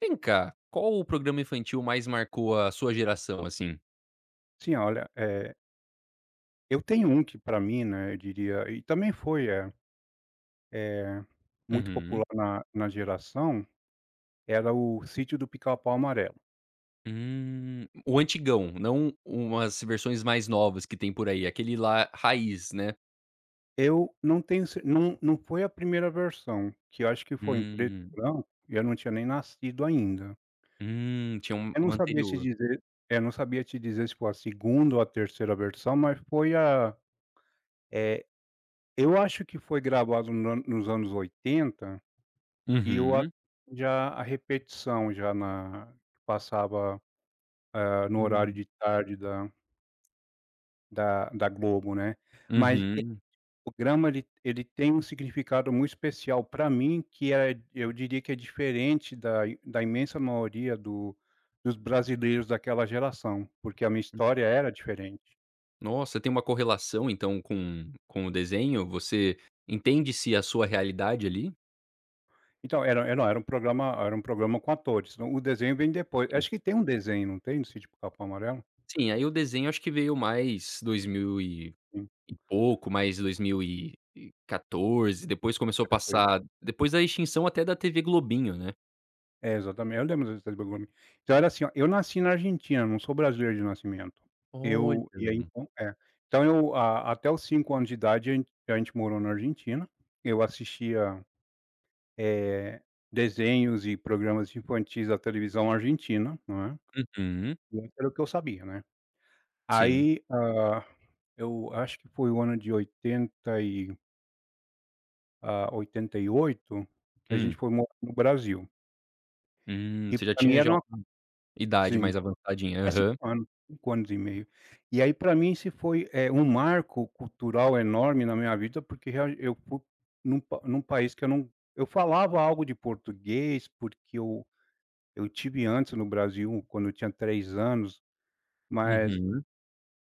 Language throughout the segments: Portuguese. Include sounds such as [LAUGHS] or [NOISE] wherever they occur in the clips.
Vem cá, qual o programa infantil mais marcou a sua geração, assim? Sim, olha, eu tenho um que para mim, né, eu diria e também foi, eh, muito Uhum. popular na geração, era o Sítio do Pica-Pau Amarelo. O antigão, não umas versões mais novas que tem por aí, aquele lá raiz, né? Eu não tenho cer não não foi a primeira versão, que eu acho que foi em preto e Hum, branco, e eu não tinha nem nascido ainda. Tinha um Eu não um sabia te anterior. dizer eu não sabia te dizer se foi a segunda ou a terceira versão, mas foi eh, eu acho que foi gravado no nos anos 80. E eu a Uhum, já a repetição já na que passava, no horário hum, de tarde da Globo, né. Mas uhum. o programa ele ele tem um significado muito especial para mim que é eu diria que é diferente da imensa maioria do dos brasileiros daquela geração, porque a minha história era diferente. Nossa, tem uma correlação então com o desenho? Você entende-se a sua realidade ali? Então era era era um programa com atores, o desenho vem depois. Acho que tem um desenho, não tem, do Sítio Pica-Pau Amarelo? Sim, aí o desenho acho que veio mais 2000 e Sim, E pouco, mais 2014, depois começou a perfeito. passar depois da extinção até da TV Globinho, né. É, exatamente. Eu lembro das Três Bombinhas. Então era assim, ó, eu nasci na Argentina, não sou brasileiro de nascimento. Olha. Eu E aí então é. Então eu a até os 5 anos de idade a gente morou na Argentina. Eu assistia, eh, desenhos e programas infantis da televisão argentina, não é. Uhum, E isso era o que eu sabia, né. sim. Aí, eu acho que foi o ano de 88 que a gente Hum, foi morar no Brasil. E você já pra mim tinha era já uma uma idade sim. mais avançadinha. É 5 Aham, anos, 5 anos e meio. E aí para mim isso foi, um marco cultural enorme na minha vida, porque real eu fui num país que eu não eu falava algo de português, porque eu tive antes no Brasil quando eu tinha 3 anos, mas, uhum.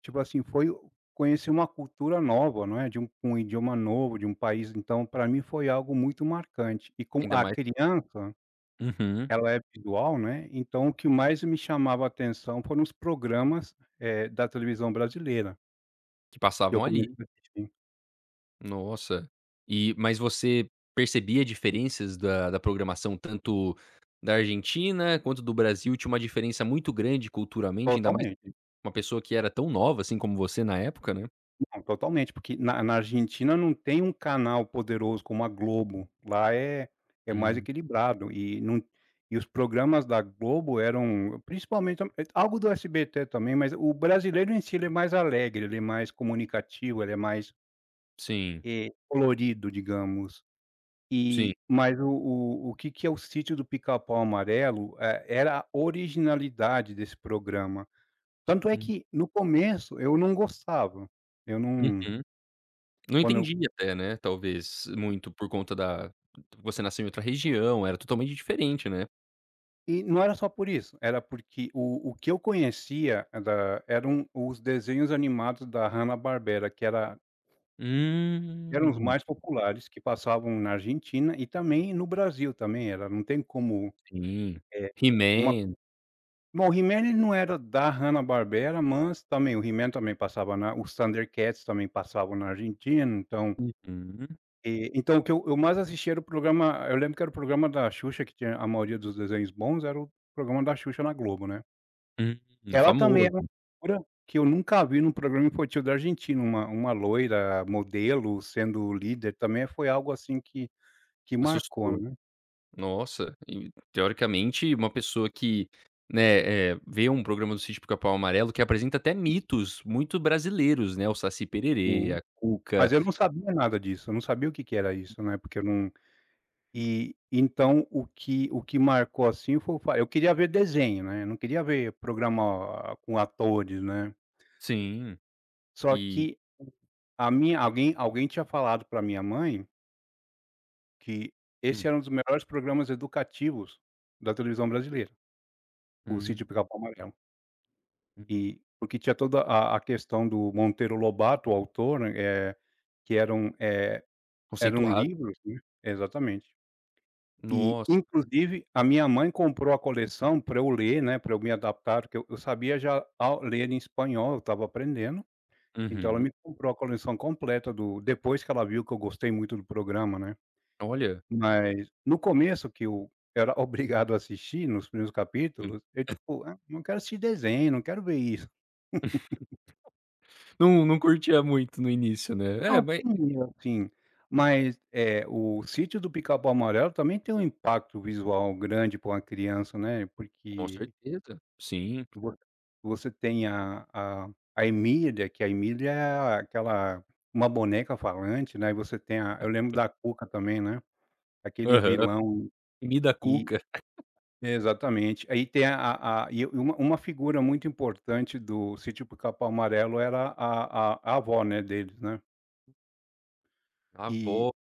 tipo assim, foi conhecer uma cultura nova, não é, de um idioma novo, de um país, então para mim foi algo muito marcante. E com Ainda a mais criança uhum, ela é visual, né, então o que mais me chamava a atenção foram os programas, da televisão brasileira, que que eu passavam comecei ali. a assistir. Nossa. E mas você percebia diferenças da programação tanto da Argentina quanto do Brasil? Tinha uma diferença muito grande culturalmente, ainda mais Totalmente, uma pessoa que era tão nova, assim, como você na época, né? não, totalmente, porque na Argentina não tem um canal poderoso como a Globo, lá é é mais Hum. equilibrado e não e os programas da Globo eram principalmente algo do SBT também, mas o brasileiro em si ele é mais alegre, ele é mais comunicativo, ele é mais, Sim, colorido, digamos. sim. E mas o que que é o Sítio do Pica-Pau Amarelo, era a originalidade desse programa. Tanto é Hum, que, no começo, eu não gostava, eu não uhum. Não quando eu entendi até, né, talvez muito por conta da você nasceu em outra região, era totalmente diferente, né. e não era só por isso, era porque o que eu conhecia da eram os desenhos animados da Hanna-Barbera, que era eram os Hum, mais populares, que passavam na Argentina e também no Brasil também era, não tem como, sim. é uma He-Man. Bom, o He-Man ele não era da Hanna-Barbera, mas também o He-Man também passava na os Thundercats também passavam na Argentina, então, Uhum. eh, então o que eu mais assistia era o programa eu lembro que era o programa da Xuxa que tinha a maioria dos desenhos bons, era o programa da Xuxa na Globo, né. Hum, é Ela também era famoso, uma figura que eu nunca vi num programa infantil da Argentina, uma loira modelo sendo líder, também foi algo assim que marcou, assustou. né. Nossa, e teoricamente uma pessoa que, né, vê um programa do Sítio Pica-Pau Amarelo que apresenta até mitos muito brasileiros, né, o Saci Pererê, Sim, a mas Cuca eu não sabia nada disso, eu não sabia o que que era isso, né, porque eu não E então o que marcou, assim, foi o fa eu queria ver desenho, né, eu não queria ver programa com atores, né. sim, Só e que a minha alguém tinha falado pra minha mãe que esse hum, era um dos melhores programas educativos da televisão brasileira, o hum, Sítio Pica-Pau Amarelo. hum, E porque tinha toda a questão do Monteiro Lobato, o autor, né, que eram conceituado. livros, né exatamente. E, Nossa. inclusive, a minha mãe comprou a coleção para eu ler, né, para eu me adaptar, porque eu sabia já ao ler em espanhol, eu estava aprendendo, então ela me Uhum. comprou a coleção completa do depois que ela viu que eu gostei muito do programa, né. Olha, Mas no começo que eu era [LAUGHS] obrigado a assistir, nos primeiros hum, capítulos, eu tipo: "Ah, não quero assistir desenho, não quero ver isso". não não curtia muito no início, Ah, né. É, o mas primeiro sim, mas, o Sítio do Pica-Pau Amarelo também tem um impacto visual grande para uma criança, né, com porque certeza. Sim. Vo você tem a Emília, que a Emília é aquela uma boneca falante, né, e você tem a eu lembro da Cuca também, né, aquele Aham. vilão Comida e cuca, exatamente. Aí tem e uma figura muito importante do Sítio Pica-Pau Amarelo era a avó, né, deles, né. a E avó.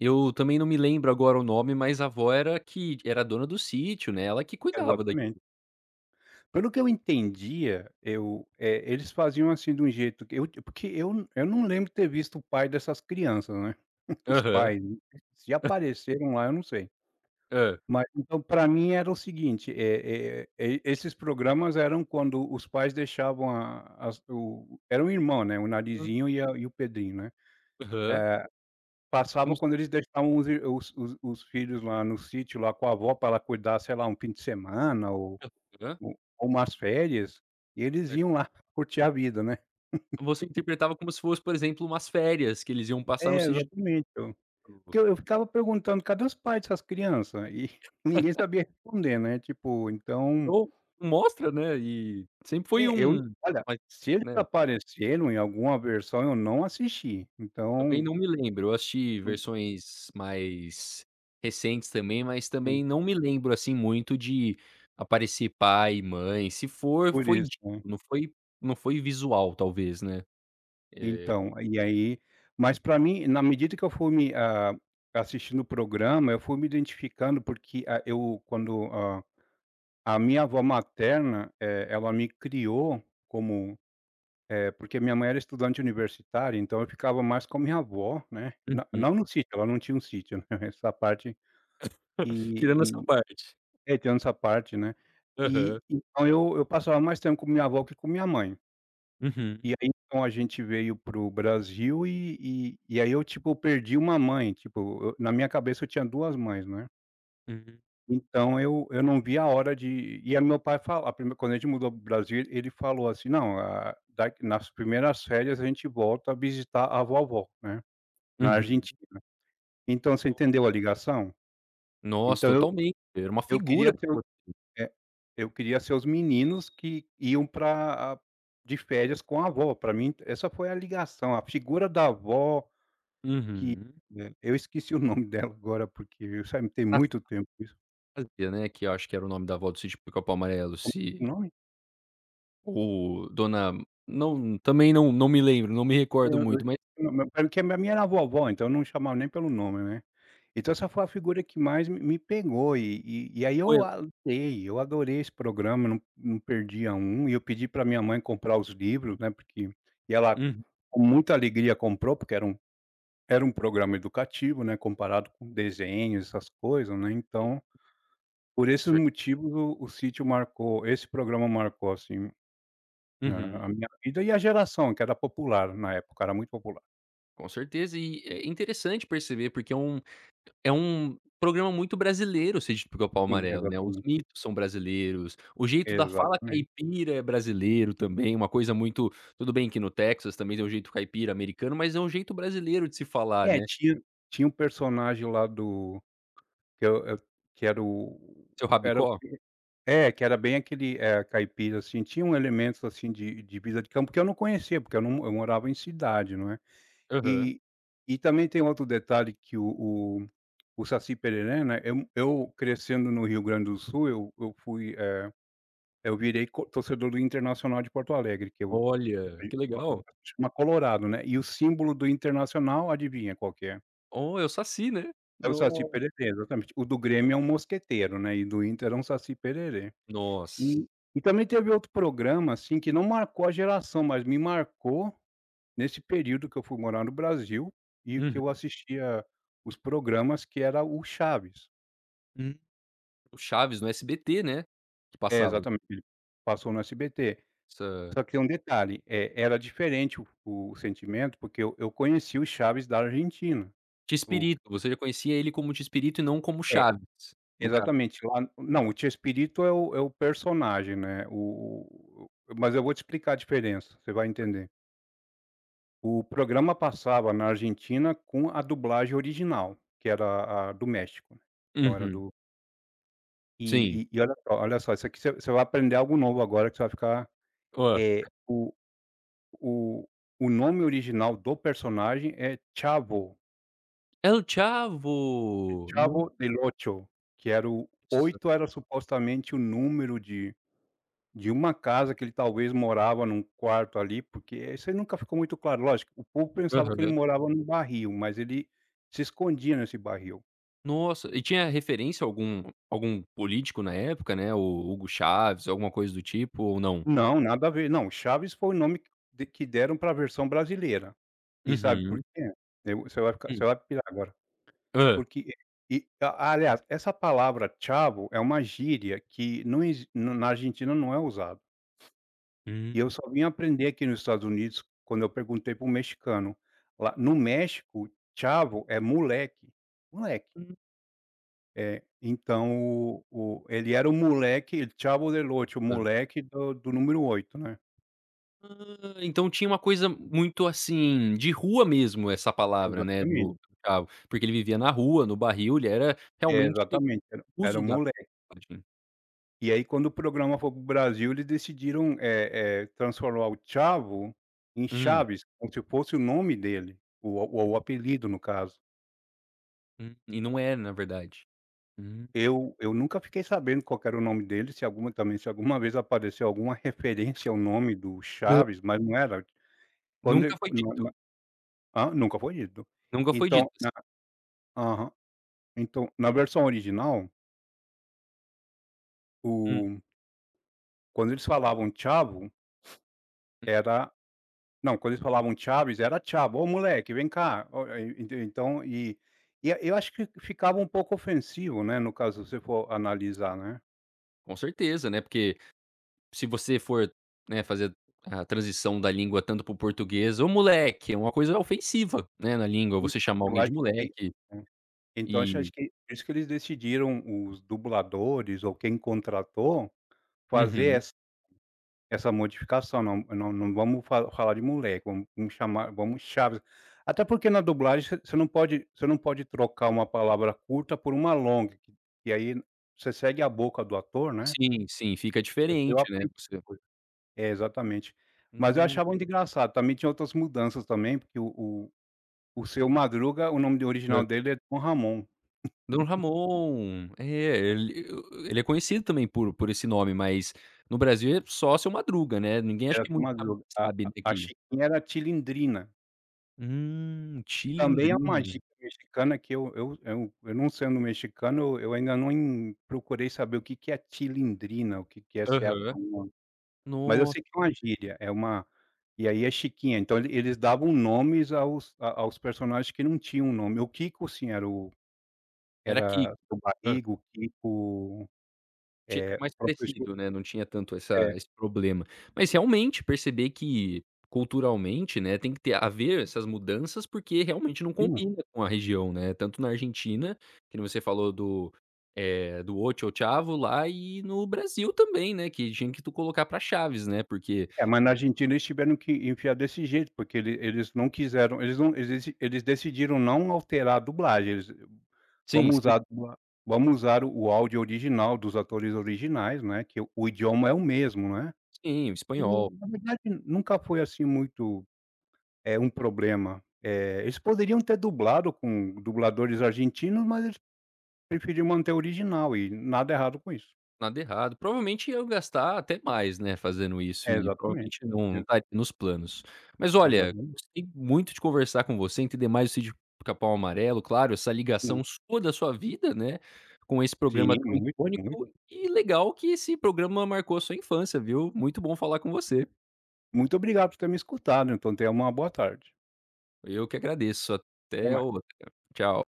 Eu também não me lembro agora o nome, mas a avó era que era dona do sítio, né, ela que cuidava daqui. exatamente. Pelo que eu entendia, eles faziam, assim, de um jeito que eu porque eu não lembro ter visto o pai dessas crianças, né, [LAUGHS] os Aham. pais, né? Se apareceram lá eu não sei. Hã. Mas então para mim era o seguinte, e esses programas eram quando os pais deixavam a as o era um irmão, né, o Narizinho e a e o Pedrinho, né. Aham. Passava Como se quando eles deixavam os ir os filhos lá no sítio, lá com a avó para ela cuidar, sei lá, um fim de semana ou hã? U umas férias, e eles É, iam lá [LAUGHS] curtir a vida, né. você interpretava como se fosse, por exemplo, umas férias que eles iam passar no É, sítio de. exatamente. Eu porque eu ficava perguntando: "Cadê os pais dessas criança?" E [LAUGHS] ninguém sabia responder, né, tipo, então Então, mostra, né, e sempre foi é, um eu olha, mas, se eles né. apareceram em alguma versão, eu não assisti, Também então não me lembro, eu assisti por versões mais recentes também, mas por também não me lembro, assim, muito de aparecer pai e mãe, se for, por foi isso, dito, né. não foi não foi visual talvez, né. Eh, Então, e aí mas pra mim, na medida que eu fui me assistindo o programa, eu fui me identificando, porque, ah, eu quando, hã a minha avó materna, ela me criou como porque minha mãe era estudante universitária, então eu ficava mais com a minha avó, né, na uhum. não no sítio, ela não tinha um sítio, né, [LAUGHS] essa parte [LAUGHS] e Tirando essa e parte. é, tem essa parte, né. E Aham. então eu passava mais tempo com minha avó que com minha mãe. Uhum, E aí, então a gente veio para o Brasil e aí eu, tipo, perdi uma mãe, tipo, eu na minha cabeça eu tinha 2 mães, né. uhum, Então eu não vi a hora de e aí meu pai falou a primeira quando a gente mudou para o Brasil, ele falou assim: "Não, ah, da nas primeiras férias a gente volta a visitar a vovó, né, na uhum. Argentina". Então você No entendeu a ligação? nossa, Então eu totalmente, era uma eu queria figura pra ser o vo é, eu queria ser os meninos que iam para de férias com a avó, para mim essa foi a ligação, a figura da avó, uhum. né, eu esqueci o [LAUGHS] nome dela agora porque, eu sabe, tem muito tempo isso. Anastácia, né, que eu acho que era o nome da avó do Sítio Pica-Pau Amarelo, Como é o se nome? ou dona não, também não me lembro, não me recordo Eu muito, mas. eu não, mas porque a minha era vovó, então não chamava nem pelo nome, né. Então essa foi a figura que mais me me pegou e aí Foi. Eu adorei esse programa, não não perdia um, e eu pedi pra minha mãe comprar os livros, né, porque e ela Uhum. com muita alegria comprou, porque era um programa educativo, né, comparado com desenhos, essas coisas, né, Sim, então, por com esses cer. motivos o Sítio marcou esse programa marcou, assim, a Uhum. a minha vida e a geração, que era popular na época, era muito popular. Com certeza e é interessante perceber, porque é um programa muito brasileiro o Sítio do Pica-Pau Sim, Amarelo, né, os exatamente. mitos são brasileiros, o jeito da fala Exatamente. caipira é brasileiro também, uma coisa muito tudo bem que no Texas também tem um jeito caipira americano, mas é um jeito brasileiro de se falar, É, né. tinha um personagem lá do que eu que era o Seu era o rabicó? é, que era bem aquele, caipira, assim, tinha um elementos, assim, de vida de campo que eu não conhecia, porque eu não eu morava em cidade, não é. Aham. E também tem outro detalhe que o Saci Pererê, né, eu crescendo no Rio Grande do Sul, eu fui, eu virei co torcedor do Internacional de Porto Alegre, que eu Olha, que Bom, legal. chama Colorado, né, e o símbolo do Internacional, adivinha qual que é? Oh, é o Saci, né. É o Saci No Pererê, exatamente. O do Grêmio é um mosqueteiro, né, e do Inter é um Saci Pererê. nossa. E também teve outro programa, assim, que não marcou a geração, mas me marcou nesse período que eu fui morar no Brasil e que Uhum. eu assistia os programas, que era o Chaves. Hum. O Chaves no SBT, né, que É, passava exatamente, ele passou no SBT. essa Só que tem um detalhe, era diferente o sentimento, porque eu conheci o Chaves da Argentina. O Tispirito, você já conhecia ele como Tispirito e não como é Chaves, no caso. Exatamente, lá não, o tio Espírito é o é o personagem, né, o mas eu vou te explicar a diferença, você vai entender. O programa passava na Argentina com a dublagem original, que era a do México, né? Então era Uhum, do... sim. Olha só, isso aqui você vai aprender algo novo agora, que você vai ficar... Hã. É o o nome original do personagem é Chavo, El Chavo! Chavo del Ocho, que era o... Nossa. 8 era supostamente o número de... de uma casa que ele talvez morava num quarto ali, porque isso aí nunca ficou muito claro. Lógico, o povo pensava que ele Aham. morava num barril, mas ele se escondia nesse barril. Nossa, e tinha referência a algum político na época, né, o Hugo Chaves, alguma coisa do tipo ou não? Não, nada a ver. Não, Chaves foi o nome que de que deram para a versão brasileira. E sabe por Uhum. quê? Eu Você vai ficar, você Hum. vai pirar agora, Hã. porque... e a aliás, essa palavra "chavo" é uma gíria que não exi... na Argentina não é usada. E eu Hum. só vim aprender aqui nos Estados Unidos quando eu perguntei para um mexicano. Lá no México, "chavo" é moleque, moleque. É, então o ele era o moleque, el chavo del ocho, o Tá. moleque do número oito, né. Ah, então tinha uma coisa muito, assim, de rua mesmo essa palavra, né, Exatamente. do Chavo, porque ele vivia na rua, no barril, ele era É, realmente exatamente, era um uso da moleque. linguagem. E aí quando o programa foi para o Brasil, eles decidiram, transformar o "chavo" em Hum. Chaves, como se fosse o nome dele, o apelido no caso. E não é, na verdade. Hum. Eu nunca fiquei sabendo qual que era o nome dele, se alguma... também se alguma vez apareceu alguma referência ao nome do Não. Chaves, mas não era... quando Nunca ele foi na dito, na hã? Nunca foi dito. nunca foi dito, Então assim. na... aham. Então, na versão original, Hum, o... quando eles falavam Chavo, era... não, quando eles falavam "Chaves", era Chavo, "Ô moleque, vem cá". O e ent Então eu acho que ficava um pouco ofensivo, né, no caso, se você for analisar, né. com certeza, né, porque se você for, né, fazer a transição da língua tanto para o português: "Ô moleque", é uma coisa ofensiva, né, na língua, você chamar Eu alguém acho de que tem... moleque é. Então acho e. acho que por isso que eles decidiram, os dubladores ou quem contratou, fazer Uhum. essa essa modificação: não vamos fa... falar de moleque, vamos Chaves. Até porque na dublagem você não pode, você não pode trocar uma palavra curta por uma longa, que... que aí você segue a boca do ator, né. Sim, sim, fica Eu diferente, né, aprendi essa você. coisa. É, exatamente. Mas eu Nossa, achava muito engraçado, também tinha outras mudanças também, porque o o Seu Madruga, o nome de original dele é Tom Ramon. Don Ramon. É, ele é conhecido também por esse nome, mas no Brasil é só Seu Madruga, né, ninguém acho Era que do muito sabe Madruga. A sabe, a né. a Chiquinha era Tilindrina, que também é uma Chilindrina. gíria mexicana que eu... não sendo mexicano, eu ainda não en... procurei saber o que que é Tilindrina, o que que é, se é Aham. alguma... mas eu sei que Nossa. é uma gíria, é uma... e aí é Chiquinha. Então ele... eles davam nomes aos... a aos personagens que não tinham nome. O Kiko sim, era o... Era que. era o Hã. Barriga, o Kiko, Ti era mais Professor... parecido, né, não tinha tanto essa é. esse problema. Mas realmente perceber que culturalmente, né, tem que ter haver essas mudanças, porque realmente não Hum. combina com a região, né, tanto na Argentina, que nem você falou do ocho ou chavo lá e no Brasil também, né, que tinha que tu colocar pra Chaves, né, porque É, mas na Argentina eles tiveram que enfiar desse jeito, porque ele... eles não quiseram, eles não... eles decidiram não alterar a dublagem. Eles... sim, vamos sim, usar a dubla... vamos usar o áudio original dos atores originais, né, que o idioma é o mesmo, né. sim, o E espanhol. na verdade nunca foi assim muito, um problema. Eles poderiam ter dublado com dubladores argentinos, mas eles preferiram manter o original, e nada errado com isso. Nada errado. Provavelmente ia gastar até mais, né, fazendo isso É, e exatamente. provavelmente não E... estaria nos planos. Mas olha, exatamente. gostei muito de conversar com você, entender mais o sítio Pica-Pau Amarelo, claro, essa Sim, ligação sua da sua vida, né, com esse sim, programa tão muito, icônico muito. e legal que esse programa marcou a sua infância, viu. Muito bom falar com você. Muito obrigado por ter me escutado, então tenha uma boa tarde. Eu que agradeço. Até Até o mais. Tchau.